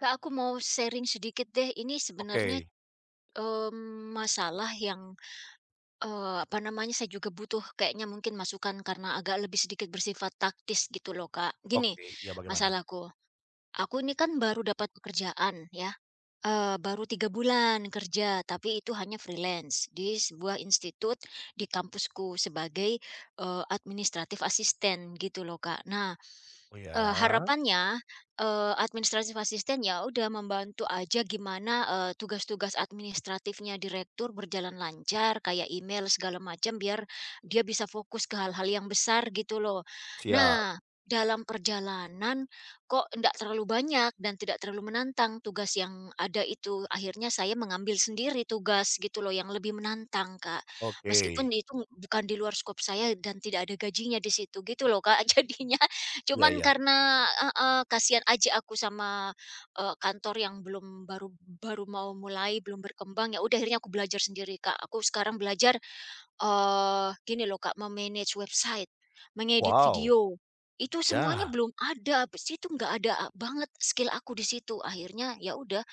Kak, aku mau sharing sedikit deh. Ini sebenarnya, Oke masalah yang, apa namanya, saya juga butuh kayaknya mungkin masukan karena agak lebih sedikit bersifat taktis gitu loh, Kak. Gini, oke, iya bagaimana? masalahku, aku ini kan baru dapat pekerjaan ya, baru 3 bulan kerja, tapi itu hanya freelance di sebuah institut di kampusku sebagai, administrative assistant gitu loh, Kak. Nah, Oh ya, harapannya, administrative assistant ya udah membantu aja gimana, tugas-tugas administratifnya direktur berjalan lancar, kayak email segala macam, biar dia bisa fokus ke hal-hal yang besar gitu loh. siap, Nah, dalam perjalanan kok ndak terlalu banyak dan tidak terlalu menantang tugas yang ada itu. Akhirnya saya mengambil sendiri tugas gitu loh yang lebih menantang, Kak. oke, Meskipun itu bukan di luar skop saya dan tidak ada gajinya di situ gitu loh, Kak, jadinya. iya Cuman iya, karena heeh, kasihan aja aku sama, kantor yang belum baru baru mau mulai, belum berkembang, ya udah akhirnya aku belajar sendiri, Kak. Aku sekarang belajar, gini loh, Kak, me-manage website, mengedit wow, video, itu semuanya ya, belum ada, di situ nggak ada banget skill aku di situ. Akhirnya ya udah,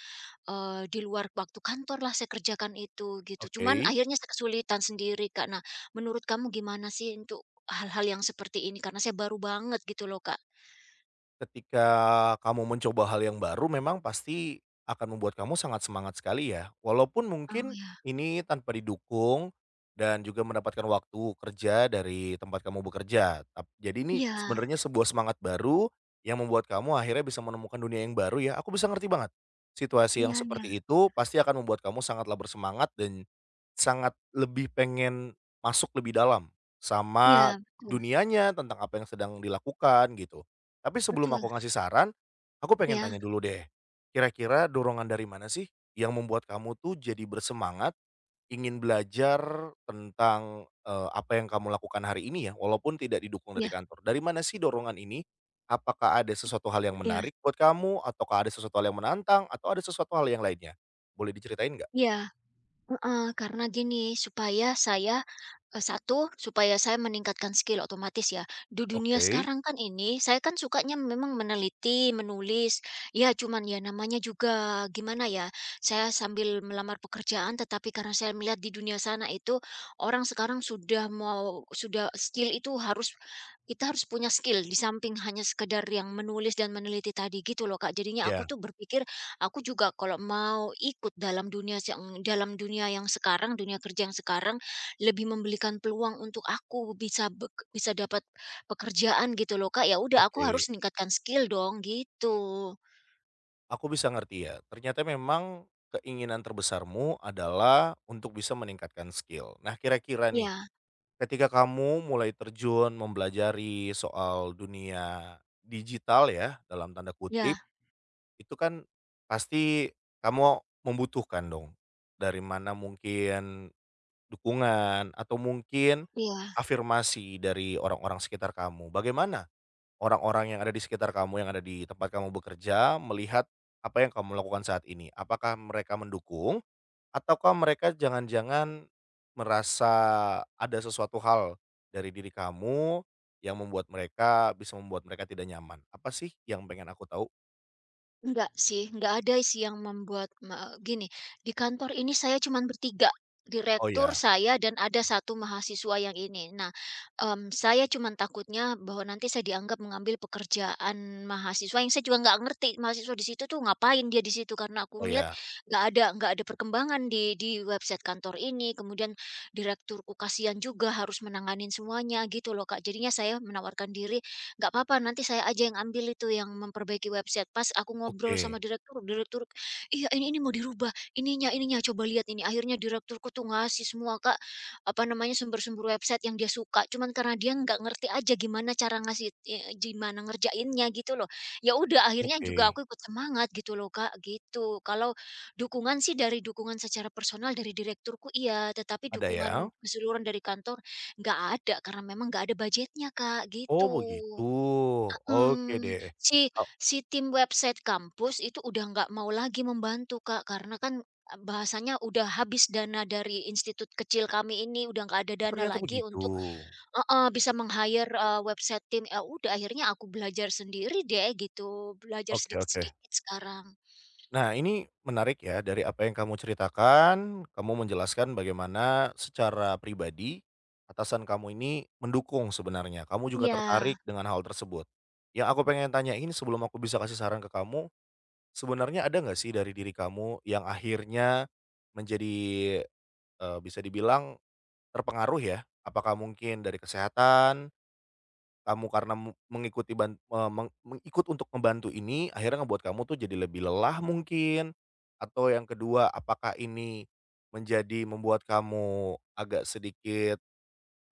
di luar waktu kantor lah saya kerjakan itu, gitu. Cuman oke. akhirnya saya kesulitan sendiri, Kak. Nah, menurut kamu gimana sih untuk hal-hal yang seperti ini? Karena saya baru banget gitu loh, Kak. Ketika kamu mencoba hal yang baru memang pasti akan membuat kamu sangat semangat sekali ya, walaupun Oh, mungkin ya. ini tanpa didukung dan juga mendapatkan waktu kerja dari tempat kamu bekerja. Tap jadi ini Iya, sebenarnya sebuah semangat baru yang membuat kamu akhirnya bisa menemukan dunia yang baru ya, aku bisa ngerti banget. Situasi iya, yang iya, seperti itu pasti akan membuat kamu sangatlah bersemangat dan sangat lebih pengen masuk lebih dalam iya, sama betul, dunianya, tentang apa yang sedang dilakukan gitu. Tapi sebelum betul. aku ngasih saran, aku pengen Iya, tanya dulu deh, kira-kira dorongan dari mana sih yang membuat kamu tuh jadi bersemangat ingin belajar tentang, apa yang kamu lakukan hari ini ya, walaupun tidak didukung dari iya, kantor. Dari mana sih dorongan ini? Apakah ada sesuatu hal yang iya, menarik buat kamu? Ataukah ada sesuatu hal yang menantang? Atau ada sesuatu hal yang lainnya? Boleh diceritain nggak? iya. Heeh, karena gini, supaya saya, 1, supaya saya meningkatkan skill otomatis ya. Di dunia Oke. sekarang kan ini, saya kan sukanya memang meneliti, menulis, ya cuman ya namanya juga gimana ya, saya sambil melamar pekerjaan, tetapi karena saya melihat di dunia sana itu, orang sekarang sudah mau sudah skill itu harus kita harus punya skill, di samping hanya sekedar yang menulis dan meneliti tadi gitu loh Kak. Jadinya aku Ya, tuh berpikir aku juga kalau mau ikut dalam dunia yang sekarang, dunia kerja yang sekarang, lebih membelikan peluang untuk aku bisa bek bisa dapat pekerjaan gitu loh, Kak. Ya udah aku harus oke. meningkatkan skill dong, gitu. Aku bisa ngerti ya, ternyata memang keinginan terbesarmu adalah untuk bisa meningkatkan skill. Nah, kira-kira nih, Ya, ketika kamu mulai terjun mempelajari soal dunia digital ya, dalam tanda kutip, ya, itu kan pasti kamu membutuhkan dong, dari mana mungkin dukungan atau mungkin ya. afirmasi dari orang-orang sekitar kamu. Bagaimana orang-orang yang ada di sekitar kamu, yang ada di tempat kamu bekerja, melihat apa yang kamu lakukan saat ini. Apakah mereka mendukung ataukah mereka jangan-jangan merasa ada sesuatu hal dari diri kamu yang membuat mereka tidak nyaman? Apa sih yang pengen aku tahu? Enggak sih, enggak ada sih yang membuat me eh, gini, di kantor ini saya cuman bertiga, Oh direktur, ya, saya, dan ada satu mahasiswa yang ini. Nah, saya cuman takutnya bahwa nanti saya dianggap mengambil pekerjaan mahasiswa yang saya juga nggak ngerti mahasiswa di situ tuh ngapain dia di situ, karena aku oh ngeliat ya. Nggak ada perkembangan di website kantor ini, kemudian direkturku kasihan juga harus menanganin semuanya gitu loh, Kak. Jadinya saya menawarkan diri, "Nggak apa-apa nanti saya aja yang ambil itu, yang memperbaiki website." Pas aku ngobrol sama Oke, direktur, "Iya, ini mau dirubah, ininya ininya, coba lihat ini." Akhirnya direkturku tuh ngasih semua, Kak, apa namanya, sumber-sumber website yang dia suka, cuman karena dia nggak ngerti aja gimana cara ngasih gimana ngerjainnya gitu loh. Ya udah, akhirnya juga oke. aku ikut semangat gitu loh, Kak, gitu. Kalau dukungan secara personal dari direkturku iya, tetapi Ada dukungan ya? keseluruhan dari kantor nggak ada, karena memang nggak ada budgetnya, Kak, Oh gitu. begitu. Oke Mhm, deh. si si tim website kampus itu udah nggak mau lagi membantu, Kak, karena kan, bahasanya udah habis dana dari institut kecil kami ini, udah nggak ada Oh dana ternyata lagi begitu. untuk heeh, bisa meng-hire, website tim, ya udah akhirnya aku belajar sendiri deh gitu, belajar Oke oke. sedikit-sedikit sekarang. Nah, ini menarik ya dari apa yang kamu ceritakan, kamu menjelaskan bagaimana secara pribadi atasan kamu ini mendukung sebenarnya. Kamu juga Iya, tertarik dengan hal tersebut. Yang aku pengen tanyain sebelum aku bisa kasih saran ke kamu, sebenarnya ada nggak sih dari diri kamu yang akhirnya menjadi, bisa dibilang terpengaruh ya? Apakah mungkin dari kesehatan, kamu karena mu mengikuti ban eee, meng meng untuk membantu ini, akhirnya ngebuat kamu tuh jadi lebih lelah mungkin? Atau yang kedua, apakah ini membuat kamu agak sedikit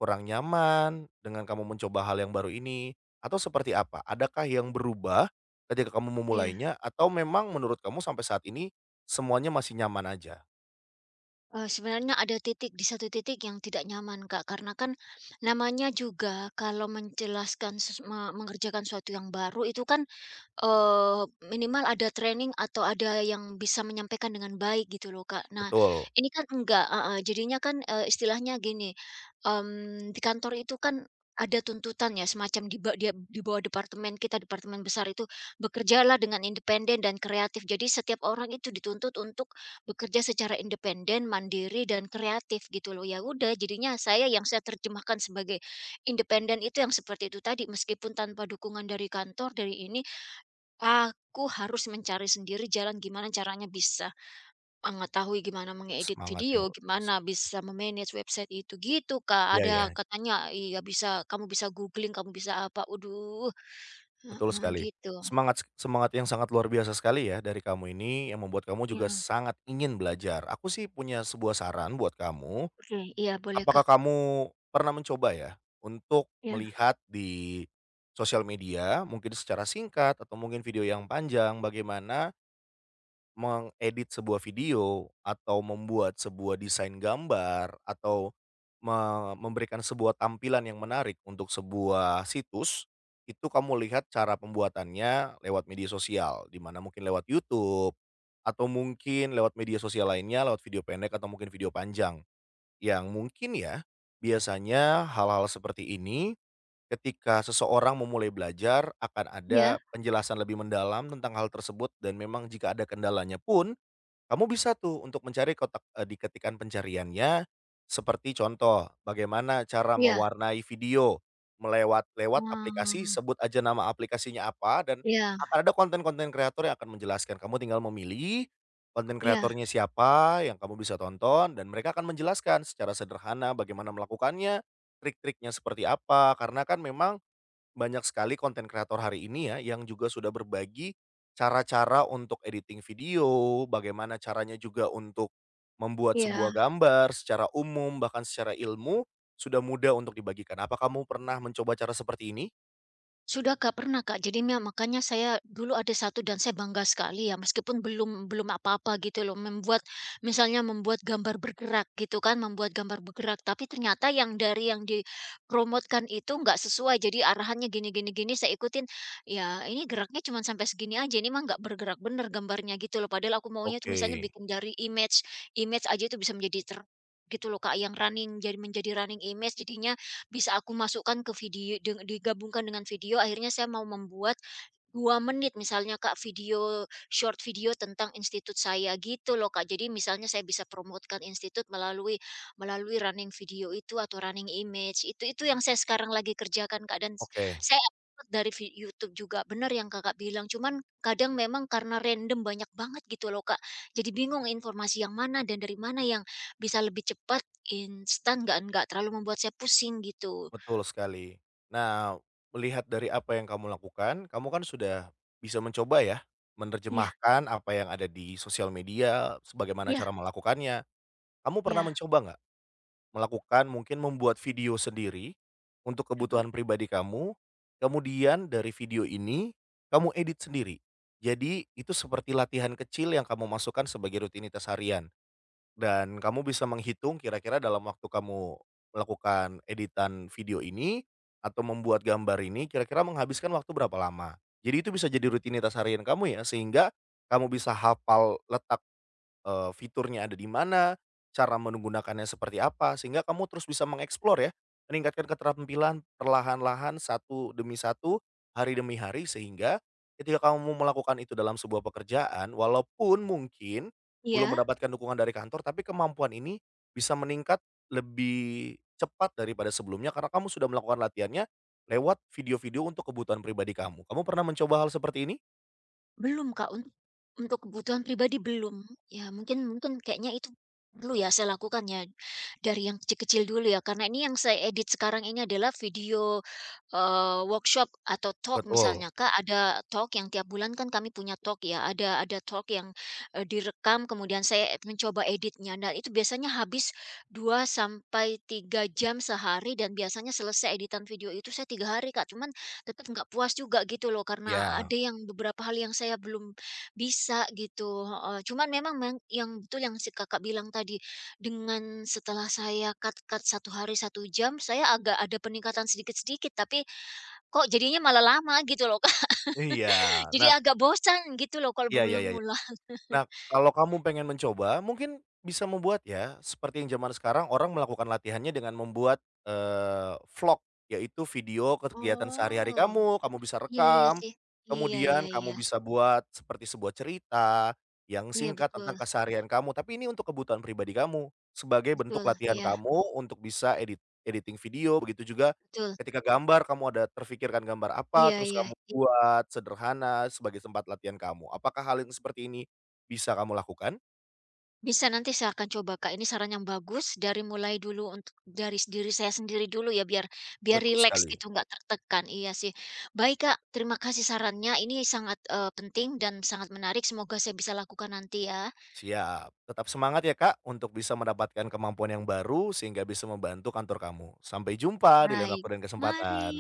kurang nyaman dengan kamu mencoba hal yang baru ini? Atau seperti apa? Adakah yang berubah ketika kamu iya, memulainya atau memang menurut kamu sampai saat ini semuanya masih nyaman aja? Sebenarnya ada titik di satu titik yang tidak nyaman, Kak, karena kan namanya juga kalau menjelaskan ses me mengerjakan sesuatu yang baru itu kan minimal ada training atau ada yang bisa menyampaikan dengan baik gitu loh, Kak. Nah, Betul, ini kan enggak heeh, jadinya kan, istilahnya gini, di kantor itu kan ada tuntutan ya semacam di ba dia di bawah departemen kita, departemen besar itu, bekerjalah dengan independen dan kreatif. Jadi setiap orang itu dituntut untuk bekerja secara independen, mandiri, dan kreatif gitu loh. Ya udah, jadinya saya terjemahkan sebagai independen itu yang seperti itu tadi, meskipun tanpa dukungan dari kantor, dari ini, aku harus mencari sendiri jalan gimana caranya bisa mengetahui gimana mengedit semangat yang video, luar gimana biasa. bisa memanage website itu, gitu, Kak. Iya Ada ya. katanya iya bisa kamu bisa googling, kamu bisa apa, waduh, Betul heeh, sekali. gitu. Semangat semangat yang sangat luar biasa sekali ya dari kamu ini yang membuat kamu juga Iya, sangat ingin belajar. Aku sih punya sebuah saran buat kamu. oke, iya boleh, Kak. Apakah kamu pernah mencoba ya untuk Iya, melihat di sosial media mungkin secara singkat atau mungkin video yang panjang bagaimana mengedit sebuah video atau membuat sebuah desain gambar atau me memberikan sebuah tampilan yang menarik untuk sebuah situs, itu kamu lihat cara pembuatannya lewat media sosial, di mana mungkin lewat YouTube atau mungkin lewat media sosial lainnya, lewat video pendek atau mungkin video panjang. Yang mungkin ya, biasanya hal-hal seperti ini ketika seseorang memulai belajar akan iya, ada penjelasan lebih mendalam tentang hal tersebut dan memang jika ada kendalanya pun kamu bisa tuh untuk mencari kotak di ketikan pencariannya, seperti contoh, bagaimana cara iya, mewarnai video, melewat lewat aplikasi, oh, sebut aja nama aplikasinya apa, dan iya, akan ada konten-konten kreator yang akan menjelaskan. Kamu tinggal memilih, konten iya, kreatornya siapa yang kamu bisa tonton, dan mereka akan menjelaskan secara sederhana bagaimana melakukannya, trik-triknya seperti apa, karena kan memang banyak sekali konten kreator hari ini ya, yang juga sudah berbagi cara-cara untuk editing video, bagaimana caranya juga untuk membuat sebuah iya. gambar secara umum, bahkan secara ilmu, sudah mudah untuk dibagikan. Apa kamu pernah mencoba cara seperti ini? Sudah Kak, pernah Kak. Jadi me makanya saya dulu ada satu dan saya bangga sekali ya, meskipun belum belum apa-apa gitu loh, membuat misalnya membuat gambar bergerak gitu kan, membuat gambar bergerak, tapi ternyata yang dari yang dipromotkan itu nggak sesuai. Jadi arahannya gini gini gini, saya ikutin, ya ini geraknya cuma sampai segini aja, ini mah nggak bergerak bener gambarnya gitu loh. Padahal aku maunya tuh misalnya Oke, bikin dari image image aja itu bisa menjadi ter gitu loh Kak, yang running jadi menjadi running image jadinya bisa aku masukkan ke video deng digabungkan dengan video, akhirnya saya mau membuat 2 menit misalnya Kak, video short video tentang institut saya, gitu loh Kak. Jadi misalnya saya bisa promotkan institut melalui melalui running video itu atau running image, itu yang saya sekarang lagi kerjakan Kak, dan s- oke, saya upload dari vi YouTube juga, benar yang Kakak bilang, cuman kadang memang karena random banyak banget gitu loh Kak, jadi bingung informasi yang mana dan dari mana yang bisa lebih cepat, instan, nggak terlalu membuat saya pusing gitu. betul sekali. Nah, melihat dari apa yang kamu lakukan, kamu kan sudah bisa mencoba ya, Iya, menerjemahkan apa yang ada di sosial media, sebagaimana iya, cara melakukannya. Kamu pernah iya. mencoba nggak? Melakukan mungkin membuat video sendiri untuk Aduh, kebutuhan pribadi kamu, kemudian dari video ini kamu edit sendiri. Jadi itu seperti latihan kecil yang kamu masukkan sebagai rutinitas harian dan kamu bisa menghitung kira-kira dalam waktu kamu melakukan editan video ini atau membuat gambar ini kira-kira menghabiskan waktu berapa lama. Jadi itu bisa jadi rutinitas harian kamu ya sehingga kamu bisa hafal letak fiturnya ada di mana, cara menggunakannya seperti apa, sehingga kamu terus bisa mengeksplor ya, meningkatkan keterampilan perlahan-lahan satu demi satu, hari demi hari, sehingga ketika kamu melakukan itu dalam sebuah pekerjaan, walaupun mungkin belum iya, mendapatkan dukungan dari kantor, tapi kemampuan ini bisa meningkat lebih cepat daripada sebelumnya karena kamu sudah melakukan latihannya lewat video-video untuk kebutuhan pribadi kamu. Kamu pernah mencoba hal seperti ini? belum Kak, untuk kebutuhan pribadi belum. Ya mungkin mungkin kayaknya itu perlu ya saya lakukan ya, dari yang kecil-kecil dulu ya, karena ini yang saya edit sekarang ini adalah video, workshop atau talk Betul. misalnya Kak, ada talk yang tiap bulan kan kami punya talk ya, ada talk yang, direkam kemudian saya mencoba editnya. Nah itu biasanya habis 2 sampai 3 jam sehari dan biasanya selesai editan video itu saya 3 hari Kak, cuman tetap nggak puas juga gitu loh, karena Ya. ada yang beberapa hal yang saya belum bisa gitu, heeh. Cuman memang meng yang betul yang si Kakak bilang tadi, dengan setelah saya cut-cut 1 hari 1 jam, saya agak ada peningkatan sedikit-sedikit, tapi kok jadinya malah lama gitu loh, Iya. jadi Nah, agak bosan gitu loh kalau iya iya iya. berulang-ulang. Nah, kalau kamu pengen mencoba, mungkin bisa membuat ya, seperti yang zaman sekarang orang melakukan latihannya dengan membuat, vlog, yaitu video kegiatan sehari-hari Oh, kamu, kamu bisa iya iya rekam, sih. Iya iya kemudian kamu iya. bisa buat seperti sebuah cerita yang Iya singkat tentang betul, keseharian kamu, tapi ini untuk kebutuhan pribadi kamu, sebagai bentuk betul, latihan iya, kamu untuk bisa editing video, begitu juga betul. ketika gambar, kamu ada terfikirkan gambar apa, Iya terus iya. kamu buat sederhana sebagai tempat latihan kamu. Apakah hal yang seperti ini bisa kamu lakukan, Bisa, nanti saya akan coba, Kak. Ini saran yang bagus dari mulai dulu untuk dari s- diri saya sendiri dulu ya, biar biar betul rileks sekali. gitu, nggak tertekan. Iya sih. Baik, Kak, terima kasih sarannya. Ini sangat, penting dan sangat menarik. Semoga saya bisa lakukan nanti ya. Siap, tetap semangat ya Kak untuk bisa mendapatkan kemampuan yang baru sehingga bisa membantu kantor kamu. Sampai jumpa di lain Baik, waktu dan mari. kesempatan.